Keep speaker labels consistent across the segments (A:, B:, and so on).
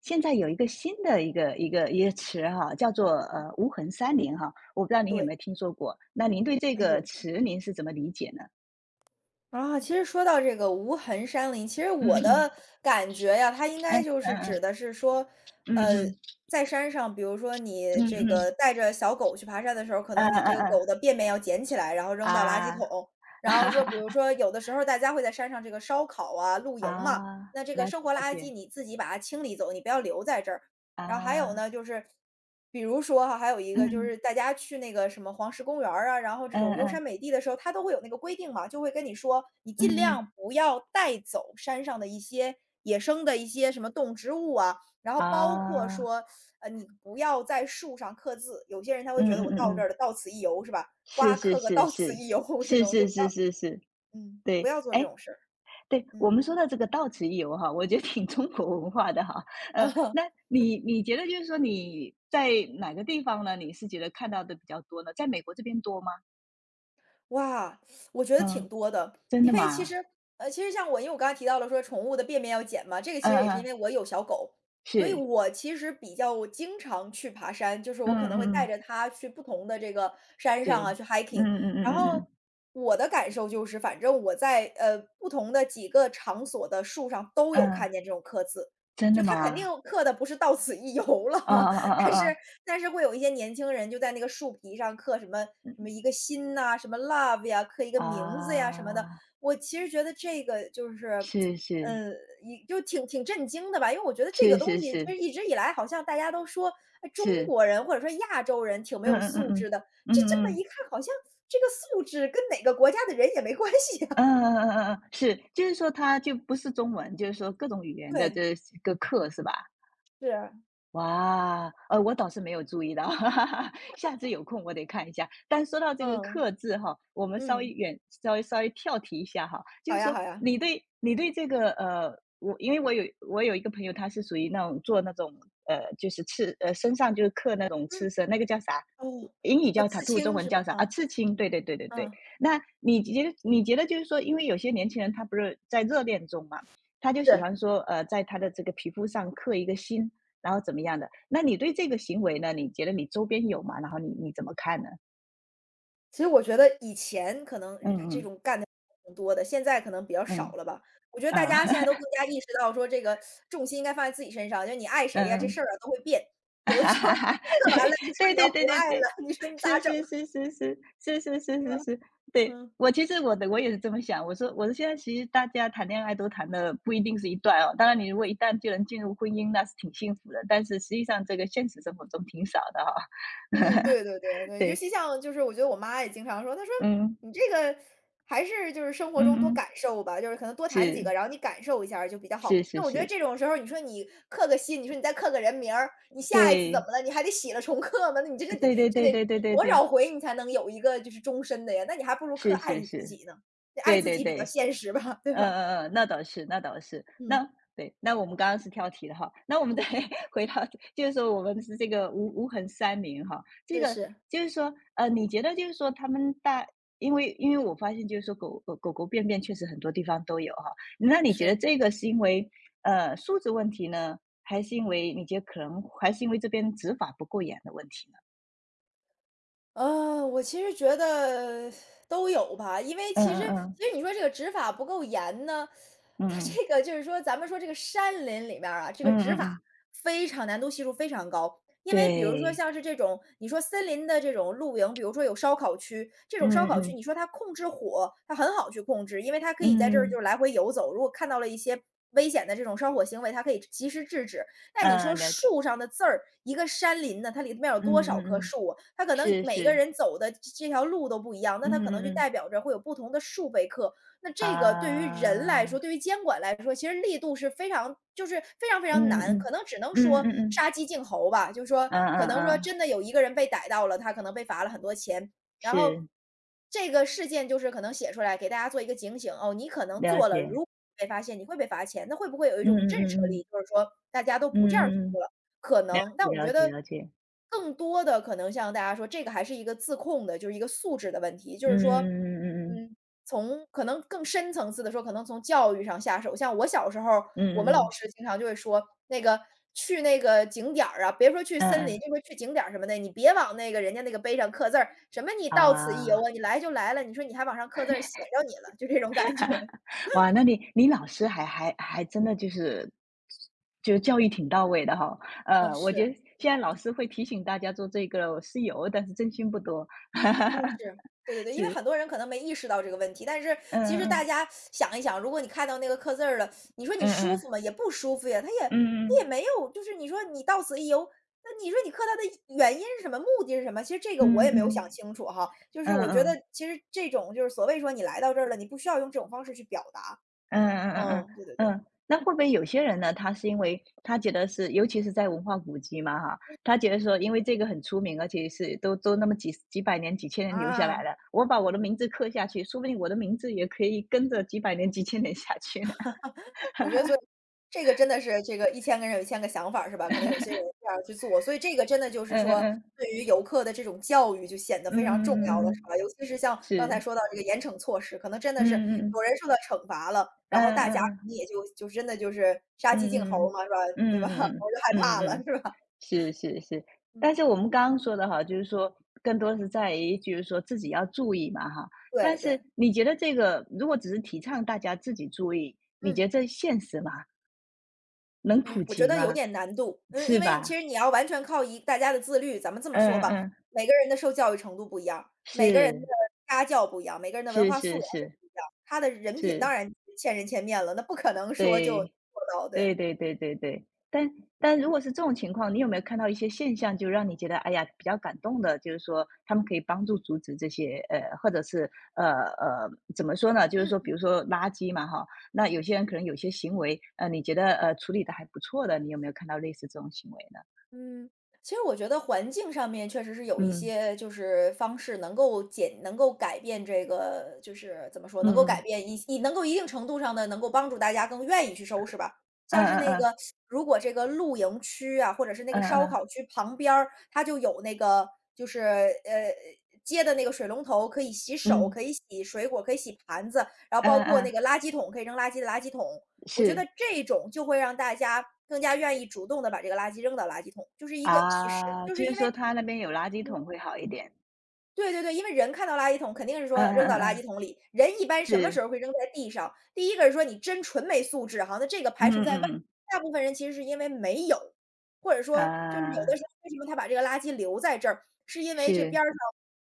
A: 现在有一个新的一个词哈，叫做无痕三林哈，我不知道您有没
B: 对，
A: 有听说过？那您对这
B: 会
A: 个
B: 有的。
A: 词是怎么理解呢？
B: 啊，其实说到这个无痕山林，其实
A: 嗯
B: 我
A: 嗯
B: 的感觉呀，它应该就是
A: 嗯
B: 指的是说，
A: 嗯
B: 呃，
A: 嗯
B: 在山上，比如说你
A: 嗯
B: 这
A: 嗯
B: 个
A: 嗯
B: 带着小狗去爬山的时候，可
A: 嗯
B: 能你这
A: 嗯
B: 个狗的
A: 嗯
B: 便便要捡起来，然后扔到垃圾
A: 啊
B: 桶。然后说，比如
A: 啊
B: 说有的时候大家会在山上这个烧烤啊、露营嘛，
A: 啊，
B: 那这
A: 了
B: 个
A: 解
B: 生活
A: 了
B: 垃
A: 解。
B: 圾你自己把它清理走，你不要留在这儿。然后还有
A: 啊，
B: 呢，就是比如说哈，还有一个就是
A: 嗯
B: 大家去那个什么黄石公园儿啊，然后这
A: 嗯
B: 种优
A: 嗯
B: 山美地的时候，它都会有那个规定嘛，就会跟你说，你
A: 嗯
B: 尽
A: 嗯。
B: 量不要带走山上的一些野生的一些什么动植物啊，然后包括
A: 啊，
B: 说，你不要在树上刻字。有些人他会
A: 嗯
B: 觉得
A: 嗯
B: 我
A: 嗯
B: 到这
A: 嗯，
B: 儿了，到此一游是吧？
A: 是
B: 瓜
A: 是
B: 刻个
A: 是
B: 到此
A: 是
B: 一游 这
A: 是
B: 种就
A: 是
B: 不要，
A: 是是是，
B: 不
A: 对。
B: 要做这
A: 哎，
B: 种事儿，
A: 对，我
B: 嗯。
A: 们说到这个到此一游哈，我觉得挺中国文化的哈。那 你觉得就是说你在哪个地方呢？你是觉得看到的比较多呢？在美国这边多吗？
B: 哇，我觉得挺
A: 嗯，
B: 多的。
A: 真
B: 因
A: 的
B: 为其
A: 吗？
B: 实其实像我，因为我刚才提到了说宠物的便便要捡嘛，这个其
A: 嗯
B: 实也是因
A: 嗯，
B: 为我有小狗，所以
A: 是。
B: 我其实比较经常去爬山，就是
A: 嗯
B: 我可能
A: 嗯
B: 会带
A: 嗯，
B: 着它去不同的这个山上
A: 是。
B: 啊去
A: 嗯
B: hiking。
A: 嗯嗯
B: 然
A: 嗯
B: 后
A: 嗯，
B: 我的感受就是，反正我在不同的几个场所的树上都有
A: 嗯，
B: 看见这种刻字，
A: 真的
B: 就它肯定
A: 吗？
B: 刻的不是到此一游
A: 啊
B: 了，
A: 啊啊
B: 但
A: 啊
B: 是
A: 啊。
B: 但是会有一些年轻人就在那个树皮上刻什么
A: 嗯。
B: 什么一个心呐、什么 love 呀，刻一个名字呀什么的。
A: 啊，
B: 我其实觉得这个就是，
A: 是是
B: 嗯，一就挺挺震惊的吧，因为我觉得这
A: 是
B: 个东
A: 是
B: 西就
A: 是
B: 是一直以来好像大家都说，哎中
A: 是。
B: 国人或者说亚洲人
A: 嗯嗯嗯嗯嗯嗯，真的吗？啊啊啊啊啊啊，是是是是是是，嗯嗯
B: 挺没有素
A: 嗯
B: 质的，
A: 嗯
B: 这这
A: 嗯
B: 么
A: 嗯
B: 一看好像这个素质跟哪个国家的人也没关系
A: 嗯
B: 呀。
A: 嗯嗯嗯嗯，嗯是，就是说它就不是中文，就是说各种语言的
B: 对，
A: 这个课是吧？
B: 是啊
A: 哇，我倒是没有注意到，哈哈哈，下次有空我得看一下。但说到这个
B: 嗯，
A: 克字哈，我们稍微
B: 嗯，
A: 远，稍微跳题一下哈，就
B: 好
A: 是
B: 呀
A: 说
B: 好呀，
A: 你对这个我因为我有一个朋友，他是属于那种呃，就是刺呃身上就是刻那种刺
B: 嗯，
A: 身，那个叫啥？
B: 哦，
A: 英语叫
B: 刺
A: tattoo，中
B: 青
A: 文
B: 是
A: 叫
B: 吧？
A: 啥啊？
B: 啊，
A: 刺青，对对对对对。
B: 嗯，
A: 那你觉得就是说，因为有些年轻人他不是在热恋中嘛，他就喜
B: 是。
A: 欢说，在他的这个皮肤上刻一个心，然后怎么样的。那你对这个行为呢，你觉得你周边有吗？然后你怎么看呢？
B: 其实我觉得以前可能
A: 嗯
B: 这
A: 嗯
B: 种干的挺多的，现在可能比较少
A: 嗯，
B: 了吧。我觉得大
A: 啊。
B: 家现在都更加意识到说这个重心应该放在自己身上，就你爱 谁呀，这
A: 嗯，
B: 事儿啊都会变。有的时候你 克完了，你说
A: 对
B: 你要
A: 对对
B: 不
A: 对对
B: 爱
A: 对，
B: 了，你说你咋
A: 是
B: 整
A: 是
B: 啊
A: 是是是是是是
B: 是吧？
A: 是是，对。
B: 嗯。
A: 我其实我也是这么想，我说现在其实大家谈恋爱都谈的不一定是一段哦，当然你如果一旦就能进入婚姻，那是挺幸福的，但是实际上这个现实生活中挺少的哈、
B: 嗯，对对 对对，尤
A: 对。
B: 其像就是我觉得我妈也经常说，她说：
A: 嗯
B: “你这个还是就是生活
A: 嗯
B: 中多
A: 嗯，
B: 感受吧，就是可能多谈几个，
A: 是
B: 然后你感受一下儿就比较
A: 是
B: 好。”
A: 是
B: 那我觉得
A: 是，
B: 这种时候，你说你刻个心，你说你再刻个人名儿，你下一次怎
A: 对。
B: 么了？你还得洗了重刻吗？那你这这得
A: 对对
B: 这
A: 对
B: 得
A: 对对对
B: 多
A: 对，
B: 少回你才能有一个就是终身的呀？那你还不如刻
A: 是
B: 爱
A: 是
B: 你自
A: 是，
B: 己呢，爱
A: 对
B: 自
A: 对
B: 己比
A: 对，
B: 较现实吧，对
A: 嗯
B: 吧？
A: 嗯嗯，那倒是那倒是，
B: 嗯。
A: 那对，那我们刚刚是跳题了哈，那我们再 回到，就是说我们是这个无痕三明哈，这
B: 是
A: 个
B: 是，
A: 就是说，你觉得就是说他们大，因为我发现就是说狗狗便便确实很多地方都有哈，那你觉得
B: 是。
A: 这个是因为素质问题呢，还是因为你觉得可能还是因为这边执法不够严的问题呢？
B: 我其实觉得都有吧，因为
A: 嗯
B: 其实
A: 嗯嗯
B: 其实你说这个执法不够严呢，
A: 嗯
B: 它
A: 嗯
B: 这个就是说咱们说这个山林里面儿啊，这
A: 嗯
B: 个执
A: 嗯
B: 法
A: 嗯，
B: 非常难度系数非常高。因为比如说
A: 对。
B: 像是这种，你说森林的这种露营，比如说有烧烤区，这种
A: 嗯
B: 烧烤区，
A: 嗯
B: 你说它控制火，它很好去控制，因为它可以在这
A: 嗯，
B: 儿就
A: 嗯，
B: 是来回游走，如果看到了一些危险的这种烧火行为，它可以及时制止。那你
A: 呃，
B: 说
A: 了
B: 树上的字儿，一个山林呢，它里面有
A: 嗯
B: 多少
A: 嗯
B: 棵
A: 嗯，
B: 树啊它可能
A: 是
B: 每个
A: 是，
B: 人走的这条路都不一样，那它
A: 嗯
B: 可能就
A: 嗯嗯，
B: 代表着会有不同的树被刻。那这个对于人来
A: 啊，
B: 说，对于监管来说，其实力度是非常就是非常非常
A: 嗯
B: 难，
A: 嗯
B: 可能只能
A: 嗯
B: 说
A: 嗯嗯，
B: 杀鸡儆猴吧。就是说，
A: 嗯
B: 可
A: 嗯
B: 能说
A: 嗯，
B: 真的有一个人被逮到了，他可能被罚了很多钱，然后
A: 是，
B: 这个事件就是可能写出来给大家做一个警醒，哦，你可能
A: 了
B: 做了，如
A: 解，
B: 果被发现你会被罚钱，那会不会有一
A: 嗯
B: 种
A: 嗯
B: 震慑
A: 嗯嗯
B: 力，就是说大
A: 嗯嗯嗯嗯嗯，是了解，嗯嗯嗯嗯嗯
B: 家都不这样做了？
A: 嗯，
B: 可能，但
A: 了解
B: 我
A: 了
B: 觉
A: 解
B: 得
A: 了解，
B: 更多的可能像大家说，这个还是一个自控的，就是一个素质的问题，就是
A: 嗯嗯
B: 说，
A: 嗯嗯
B: 嗯，从可能更深层次的说，可能从教育上下手。像我小时候
A: 嗯
B: 我
A: 嗯
B: 们老
A: 嗯嗯
B: 师经常就会说，那个去那个景点儿啊，别说去
A: 嗯
B: 森林，
A: 嗯，
B: 就说去景点儿什么的，你别往那个人家那个碑上刻字儿，什么你到此一游
A: 啊。
B: 啊，你来就来了，你说你还往上刻字儿，写着你了，就这种感觉。
A: 哇，那你你老师还真的就是。就教育挺到位的哈，
B: 嗯，
A: 我觉得
B: 是。
A: 现在老师会提醒大家做这个是有，但是真心不多。
B: 嗯，是，对对对，因为很多人可能没意识到这个问题，但是其实大
A: 嗯
B: 家想一想，如果你看到那个刻字儿了，你说你
A: 嗯嗯
B: 舒
A: 嗯。
B: 服吗？也不舒服呀，它也
A: 嗯
B: 没有，就是你说你到此一游，那你说你刻它的原因是什么，目的是什么？其实这个我
A: 嗯嗯
B: 也没有想
A: 嗯
B: 清楚哈，就是
A: 嗯
B: 我
A: 嗯
B: 觉得
A: 嗯
B: 其实这种就是所谓说你来到这儿了，你不需要用这种方式去表达，
A: 嗯嗯嗯
B: 嗯，对对对，
A: 嗯，那会不会有些人呢？他是因为他觉得是，尤其是在文化古迹嘛，哈，他觉得说，因为这个很出名，而且是都那么几百年、几千年留下来
B: 啊，
A: 了，我把我的名字刻下去，说不定我的名字也可以跟着几百年、几千年下去呢。
B: 我觉得所以这个真的是这个一千个人有一千个想法儿是吧？可能有些人这样去做，所以这个真的就是
A: 嗯嗯
B: 说，
A: 嗯
B: 对于游客的这种教育就显得
A: 嗯
B: 非常重
A: 嗯
B: 要
A: 嗯
B: 了，是
A: 嗯，
B: 吧？尤其是像刚才
A: 是，
B: 说到这个严惩措施，可能真的
A: 嗯
B: 是
A: 嗯
B: 有人受到惩罚了，然后
A: 嗯
B: 大家可
A: 嗯
B: 能也就真的就是杀
A: 嗯
B: 鸡儆猴
A: 嗯
B: 嘛，是吧？
A: 嗯
B: 对
A: 嗯
B: 吧？
A: 嗯
B: 我就害
A: 嗯嗯嗯嗯嗯
B: 怕
A: 嗯
B: 了，
A: 嗯。
B: 是吧？
A: 是是是，
B: 嗯，
A: 但是我们刚刚说的哈，就是说更多是在于，就是说自己要注意嘛哈。但
B: 对对，
A: 是你觉得这个如果只是提倡大家自己注意，你觉得
B: 嗯。
A: 这现实吗？能普
B: 嗯，我觉
A: 及
B: 得有
A: 吗？
B: 点难度。嗯，因
A: 是
B: 为其
A: 吧？
B: 实你要完全靠一大家的自律，咱们这么
A: 嗯
B: 说吧，
A: 嗯嗯，
B: 每个人的受教育程度不一样，每个人的
A: 是
B: 家教不一样，每个人的文
A: 是
B: 化
A: 是
B: 素养也
A: 是
B: 不一样，他的人品当
A: 是，
B: 然千人千面了，那不可能说就
A: 对。
B: 做到，对。
A: 对对对对对，但但如果是这种情况，你有没有看到一些现象，就让你觉得，哎呀，比较感动的，就是说他们可以帮助阻止这些，或者是呃，怎么说呢？就是说，比
B: 嗯。
A: 如说垃圾嘛，哈，那有些人可能有些行为，你觉得处理的还不错的，你有没有看到类似这种行为呢？
B: 嗯，其实我觉得环境上面确实是有一
A: 嗯
B: 些就是方式能够减，能够改变这个，就是怎么说，
A: 嗯
B: 能够改
A: 嗯
B: 变能够一定程度上的能够帮助大家更愿意去收拾吧。
A: 嗯
B: 像是
A: 嗯
B: 那
A: 嗯
B: 个，如果这个露营区啊，或者是那个烧
A: 嗯
B: 烤区旁边儿，它就有那个就是呃接的那个水龙头，可以洗手，
A: 嗯
B: 可以洗水果，可以洗盘子，然后包
A: 嗯
B: 括那个
A: 嗯，
B: 垃圾桶可以扔垃圾的垃圾桶，我觉
A: 是
B: 得这种就会让大家更加愿意主动的把这个垃圾扔到垃圾桶，就是一个意识，
A: 啊，
B: 就
A: 就
B: 是
A: 是
B: 因为
A: 说他那
B: 嗯
A: 边有垃圾
B: 嗯。
A: 桶会好一点。
B: 对对对，因为人看到垃圾桶肯定是
A: 嗯
B: 说扔
A: 嗯
B: 到
A: 嗯
B: 垃圾
A: 嗯，
B: 桶里，人一般什么
A: 是，
B: 时候会扔在地上？第一个是说你真纯没素质哈，那这个排
A: 嗯
B: 除
A: 嗯
B: 在外，
A: 嗯嗯
B: 大部分人其实是因为没有，或者说就是有的时
A: 啊。
B: 候为什么他把这个垃圾留在这儿，是因为这
A: 是。
B: 边儿上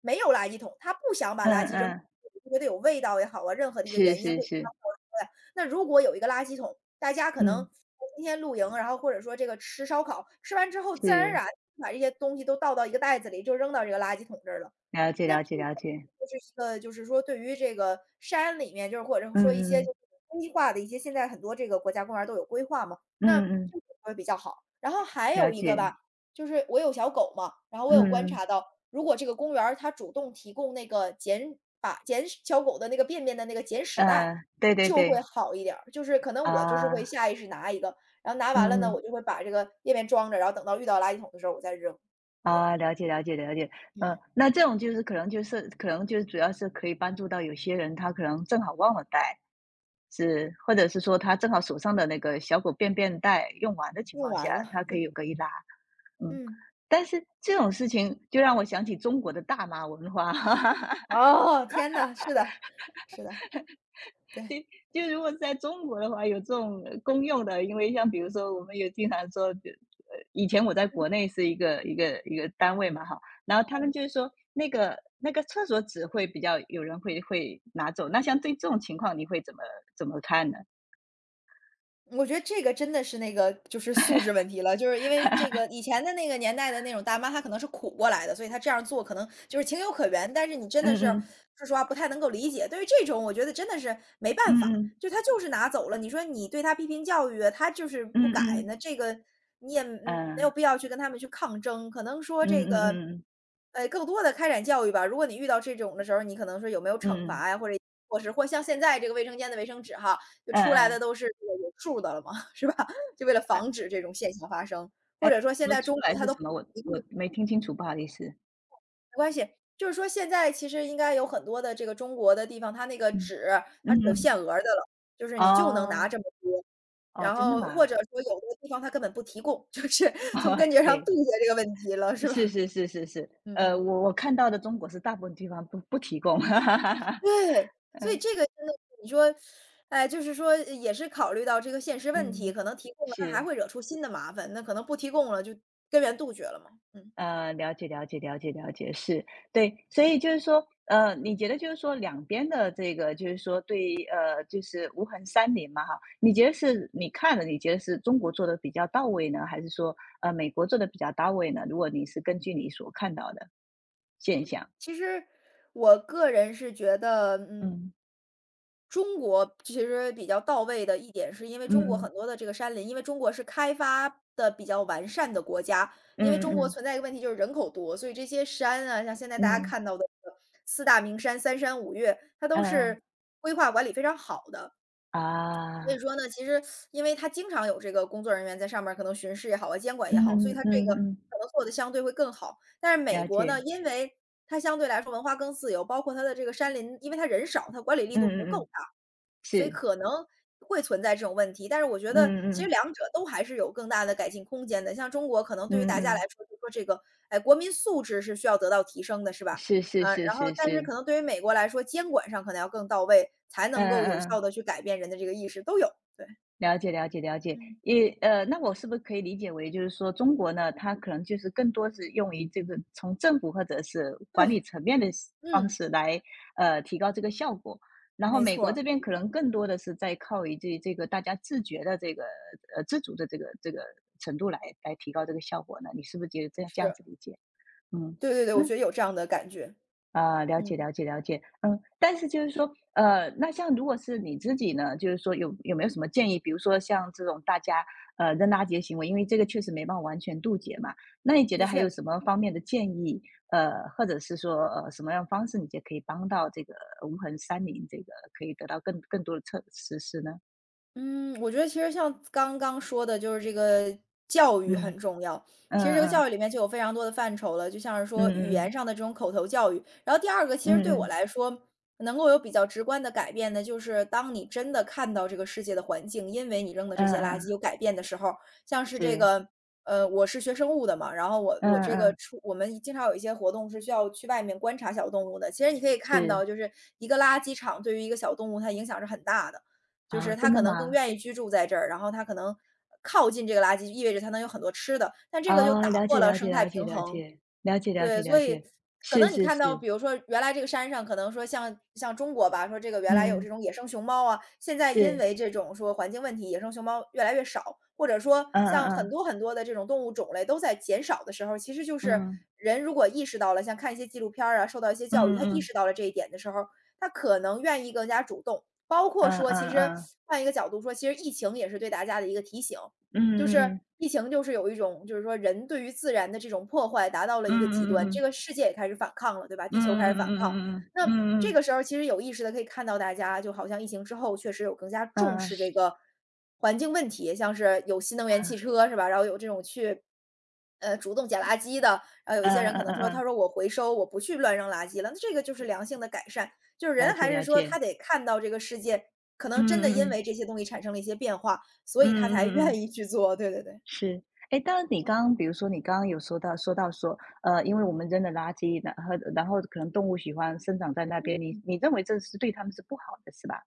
B: 没有垃圾桶，他不想把
A: 嗯
B: 垃圾扔，
A: 嗯。
B: 觉得有味道也好啊，任何的一个
A: 是
B: 原因
A: 是
B: 会影
A: 是。
B: 响到出来。那如果有一个垃圾桶，大家可能
A: 嗯。
B: 今天露营，然后或者说这个吃烧烤，吃完之后自然而
A: 是，
B: 然把这些东西都倒到一个袋子里，就扔到这个垃圾桶这儿了。
A: 了解
B: 那这
A: 了解
B: 个
A: 了解。
B: 就是一个就是说对于这个山里面，就是或者说一
A: 嗯
B: 些
A: 嗯
B: 就是规划的一些，现在很多这个国家公园儿都有规划嘛，
A: 嗯，
B: 那
A: 嗯嗯。
B: 这个会比较好。然后还
A: 了
B: 有一个
A: 解。
B: 吧，就是我有小狗嘛，然后我
A: 嗯
B: 有观察
A: 嗯。
B: 到，如果这个公园儿它主动提供那个捡屎小狗的那个便便的那个捡屎袋，
A: 对对
B: 就会
A: 对，
B: 好一点儿。就是可能我就是会
A: 啊。
B: 下意识拿一个，然后拿
A: 嗯
B: 完了呢，我就
A: 嗯。
B: 会把这个便便装着，然后等到遇到垃圾桶的时候我再扔。对，
A: 啊，了解了解了解，嗯，
B: 嗯，
A: 那这种就是可能就是可能就是主要是可以帮助到有些人，他可能正好忘了带，是，或者是说他正好手上的那个小狗便便袋用完的情
B: 用
A: 况
B: 完
A: 下，
B: 了，
A: 他可
B: 对，
A: 以有个一拉，嗯，
B: 嗯。
A: 但是这种事情就让我想起中国的大妈文化。
B: 哦，天呐，是的，是的，对。
A: 对，就如果在中国的话，有这种公用的，因为像比如说，我们有经常说，就以前我在国内是一个一个单位嘛，哈，然后他们就是说，那个厕所纸会比较有人会会拿走，那像对这种情况，你会怎么看呢？
B: 我觉得这个真的是那个就是素质问题了，就是因为这个以前的那个年代的那种大妈，她可能是苦过来的，所以她这样做可能就是情有可原。但是你真
A: 嗯
B: 的是
A: 嗯
B: 说实话不太能够理解，对于这种我觉得真的是没办
A: 嗯
B: 法，
A: 嗯
B: 就他就是拿走了，你说你对他批评教育，他就是
A: 嗯
B: 不改，那
A: 嗯
B: 这个你也没有
A: 嗯
B: 必要去跟他们去抗争。可能说
A: 嗯
B: 这
A: 嗯嗯嗯
B: 个，
A: 嗯嗯
B: 更多的开展教育吧。如果你遇到这种的时候，你可能说有没有惩罚呀，或者或是或像现在这个卫生间的卫生纸哈。就出来
A: 嗯，
B: 的都是这个有数的了嘛，是吧？就为了防止这种现象发生，
A: 哎，
B: 或者说
A: 怎
B: 现
A: 么
B: 在
A: 出
B: 中
A: 来
B: 国它
A: 是
B: 都
A: 什
B: 不，
A: 么？我没听清楚，不好意思。
B: 没关系，就是说现在其实应该有很多的这个中国的地方，它那个
A: 嗯
B: 纸它
A: 嗯
B: 是有
A: 嗯，
B: 限额的了，就是你就能拿
A: 哦，
B: 这么多。
A: 哦，
B: 然
A: 真的
B: 后
A: 吗？
B: 或者说有的地方它根本不提供，就是从 根结上
A: 对。
B: 杜绝这个问题了，是
A: 是
B: 吧？
A: 是是是是，
B: 嗯嗯。
A: 我看到的中国是大部分地方不提供，
B: 对，所以
A: 嗯
B: 这个真的是你说，哎，就是说也是考虑到这个现实问题，
A: 嗯，
B: 可能提供了它还
A: 是，
B: 会惹出新的麻烦，那可能不提供了就根源杜绝了嘛。嗯，
A: 了解了解了解了解，是，对，所以就是说，你觉得就是说两边的这个就是说对，就是无痕山林嘛哈，你觉得是你看了，你觉得是中国做的比较到位呢，还是说美国做的比较到位呢？如果你是根据你所看到的现象，
B: 其实我个人是觉得，嗯，中国其实比较到位的一点，是因为中国
A: 嗯
B: 很多的这个山林，因为中国是开发的比较完善的国家，
A: 嗯
B: 因为
A: 嗯嗯
B: 中
A: 嗯
B: 国
A: 嗯
B: 存在一个问题就是人口多，所以这些山啊，像现在大家
A: 嗯
B: 看到的这个四大名山、三山五岳，它都
A: 嗯嗯
B: 是规划管理非常好的。所
A: 啊。
B: 以说呢，其实因为它经常有这个工作人员在上面儿可能巡视也好啊，监管也
A: 嗯
B: 好，所以
A: 嗯
B: 它这
A: 嗯
B: 个
A: 嗯，
B: 可能做的相对会更好。但是美
A: 了
B: 国呢，
A: 解，
B: 因为它相对来说文化更自由，包括它的这个山林，因为它人少，它管理力
A: 嗯
B: 度不
A: 嗯
B: 够
A: 嗯，
B: 大，所以
A: 是，
B: 可能会存在这种问题。但是我觉
A: 嗯
B: 得
A: 嗯
B: 其实两
A: 嗯
B: 者都还是有更大的改进空间的。像中国可能对于
A: 嗯
B: 大家来
A: 嗯，
B: 说，就说这个，哎，国民素质是需要得到提升的，是吧？
A: 是是是
B: 然后
A: 是
B: 但是
A: 是，
B: 可能对于美国来说，监管上可能要更到位，才
A: 嗯
B: 能够
A: 嗯
B: 有
A: 嗯嗯
B: 效的去改变人的这个意识，都有，对。
A: 了解了解了解，
B: 嗯，
A: 也那我是不是可以理解为，就是说中国呢，它可能就是更多是用于这个从政府或者是管理
B: 对。
A: 层面的是方
B: 嗯，
A: 式来提高这个效果，然后
B: 没
A: 美
B: 错
A: 国
B: 儿，
A: 这边可能更多的是在靠于这个大家自觉的这个自主的这个程度来来提高这个效果呢？你是不是觉得这样这样
B: 是，
A: 子理解？嗯。
B: 对对对，
A: 那。
B: 我觉得有这样的感觉，
A: 啊，了解
B: 嗯，
A: 了解了解，嗯，但是就是说，那像如果是你自己呢，就是说有没有什么建议？比如说像这种大家扔垃圾的行为，因为这个确实没办法完全杜绝嘛。那你觉得
B: 的
A: 还有
B: 确。
A: 什么方面的建议？或者是说什么样的方式，你觉得可以帮到这个无痕山林这个可以得到更多的测实施呢？
B: 嗯，我觉得其实像刚刚说的，就是这个教育
A: 嗯
B: 很重要。
A: 嗯
B: 其实这个
A: 嗯
B: 教育里面就有非常多的范畴了，就像是
A: 嗯
B: 说语言上
A: 嗯
B: 的这种口头教育。然后第二个，其
A: 嗯
B: 实对我
A: 嗯
B: 来说，能够有比较直观的改变的，就是当你真的看到这个世界的环境，因为你扔的这
A: 嗯嗯
B: 些垃
A: 嗯，
B: 圾有改变的时候，像是这
A: 是
B: 个，我是学生物的嘛，然后我
A: 嗯
B: 我这个
A: 嗯
B: 出我们经常有一些活动是需要去外面观察小动物的。其实你可以看
A: 是
B: 到，就是一个垃圾场对于一个小动物它影响是很大的。就
A: 啊，
B: 是他
A: 真的
B: 可能更
A: 吗？
B: 愿意居住在这儿，然后他可能靠近这个垃圾，意味着他能有很多吃的，但这个就
A: 哦，
B: 打
A: 了
B: 破
A: 解
B: 了
A: 了解
B: 生态
A: 了解
B: 平
A: 了
B: 衡。
A: 解了解了解
B: 对，
A: 了
B: 所以
A: 解，
B: 可
A: 是
B: 能你
A: 是
B: 看到，
A: 是，
B: 比如说原来这个山上可能说像中国吧，说这个原来有
A: 嗯，
B: 这种野生熊猫啊，现在因
A: 是，
B: 为这种说环境问题，野生熊猫越来越少，或者说
A: 嗯
B: 像很
A: 嗯
B: 多很多的这种动物种类都在减少的时候，其实就是
A: 嗯
B: 人如果意识到了，像看一些纪录片儿啊，受到一些教育，
A: 嗯
B: 他意
A: 嗯
B: 识到了这一点的时候，他可能愿意更加主动。包括说，其实
A: 嗯
B: 换一个角度说，其实疫情也是对大家的一个提醒，
A: 嗯
B: 就是
A: 嗯嗯
B: 疫情就是有一种就是说人对于自然的这种破坏达到了
A: 嗯
B: 一个
A: 嗯
B: 极
A: 嗯
B: 端，
A: 嗯
B: 这
A: 嗯
B: 个世界也开始反抗了，对吧？
A: 嗯
B: 地球开
A: 嗯
B: 始反抗。
A: 嗯嗯
B: 那
A: 嗯
B: 这
A: 嗯
B: 个时候其实有意识的可以看到大家就好像疫情之后确实有更加重视这个环境问题，像是有新能源汽车是吧？然后有这种去，主动捡垃圾的，然后有一些
A: 嗯
B: 人可能
A: 嗯
B: 说，他说
A: 嗯，
B: 我回收，我不去乱扔垃圾了，那这个就是良性的改善。就是
A: 了
B: 人
A: 解
B: 还
A: 了
B: 是说他
A: 解，
B: 得看到这个世界可能真的
A: 嗯嗯
B: 因为
A: 嗯
B: 这些东西产生了一些变化。
A: 嗯
B: 所以他才
A: 嗯
B: 愿
A: 嗯，
B: 意去做，对对对。
A: 是，哎当然你刚刚比如说你刚刚有说到说因为我们扔的垃圾，然后可能动物喜欢生长在那边，你
B: 嗯。
A: 你认为这是对它们是不好的是吧？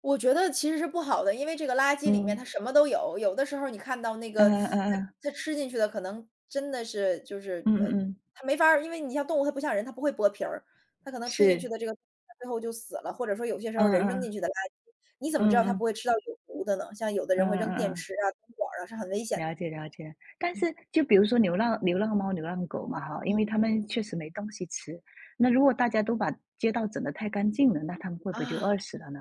B: 我觉得其实是不好的，因为这个垃圾里面
A: 嗯
B: 它什么都有，有的时候你看到那个
A: 嗯嗯
B: 它
A: 嗯，
B: 它吃进去的可能真的是就是
A: 嗯嗯嗯，
B: 它没法儿因为你像动物它不像人，它不会剥皮儿，它可能吃进去
A: 是，
B: 的这个最后就死了，或者说有些时候
A: 嗯
B: 人扔进
A: 嗯
B: 去的垃圾，你怎么知
A: 嗯嗯
B: 道它不会
A: 嗯
B: 吃到有毒的呢？像有的
A: 嗯
B: 人会扔
A: 嗯
B: 电
A: 嗯，
B: 池啊、灯管儿啊，是很危险
A: 了
B: 的。
A: 解了解。但是就比如说流浪猫、流浪狗嘛哈，因为
B: 嗯。
A: 它们确实没东西吃，那如果大家都把街道整得太干净了，那它们会不会就
B: 啊。
A: 饿死了呢？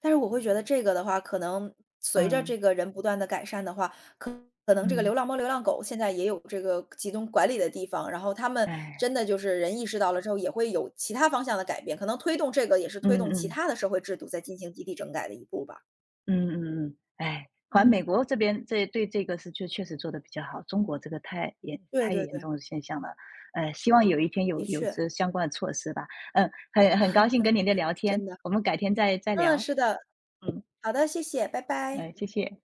B: 但是我会觉得这个的话，可能随着
A: 嗯
B: 这个人不断的改善的话，可可能这个
A: 嗯，
B: 流浪猫、流浪狗现在也有这个集中管理的地方，然后他们
A: 哎，
B: 真的就是人意识到了之后，也会有其他方向的改变，可能推动这个也是推
A: 嗯
B: 动其
A: 嗯。
B: 他的社会制度在进行集体整改的一步吧。
A: 嗯嗯嗯，哎，好像美
B: 嗯，
A: 国这边这对这个是确实做的比较好，中国这个太严
B: 对
A: 太
B: 对
A: 严
B: 对，
A: 重的现象了，希望有一天
B: 的
A: 有
B: 确，
A: 这相关的措施吧。嗯，很高兴跟您的聊天，
B: 真的。
A: 我们改天再
B: 嗯，
A: 聊。
B: 是的，
A: 嗯，
B: 好的，谢谢，拜拜。
A: 谢谢，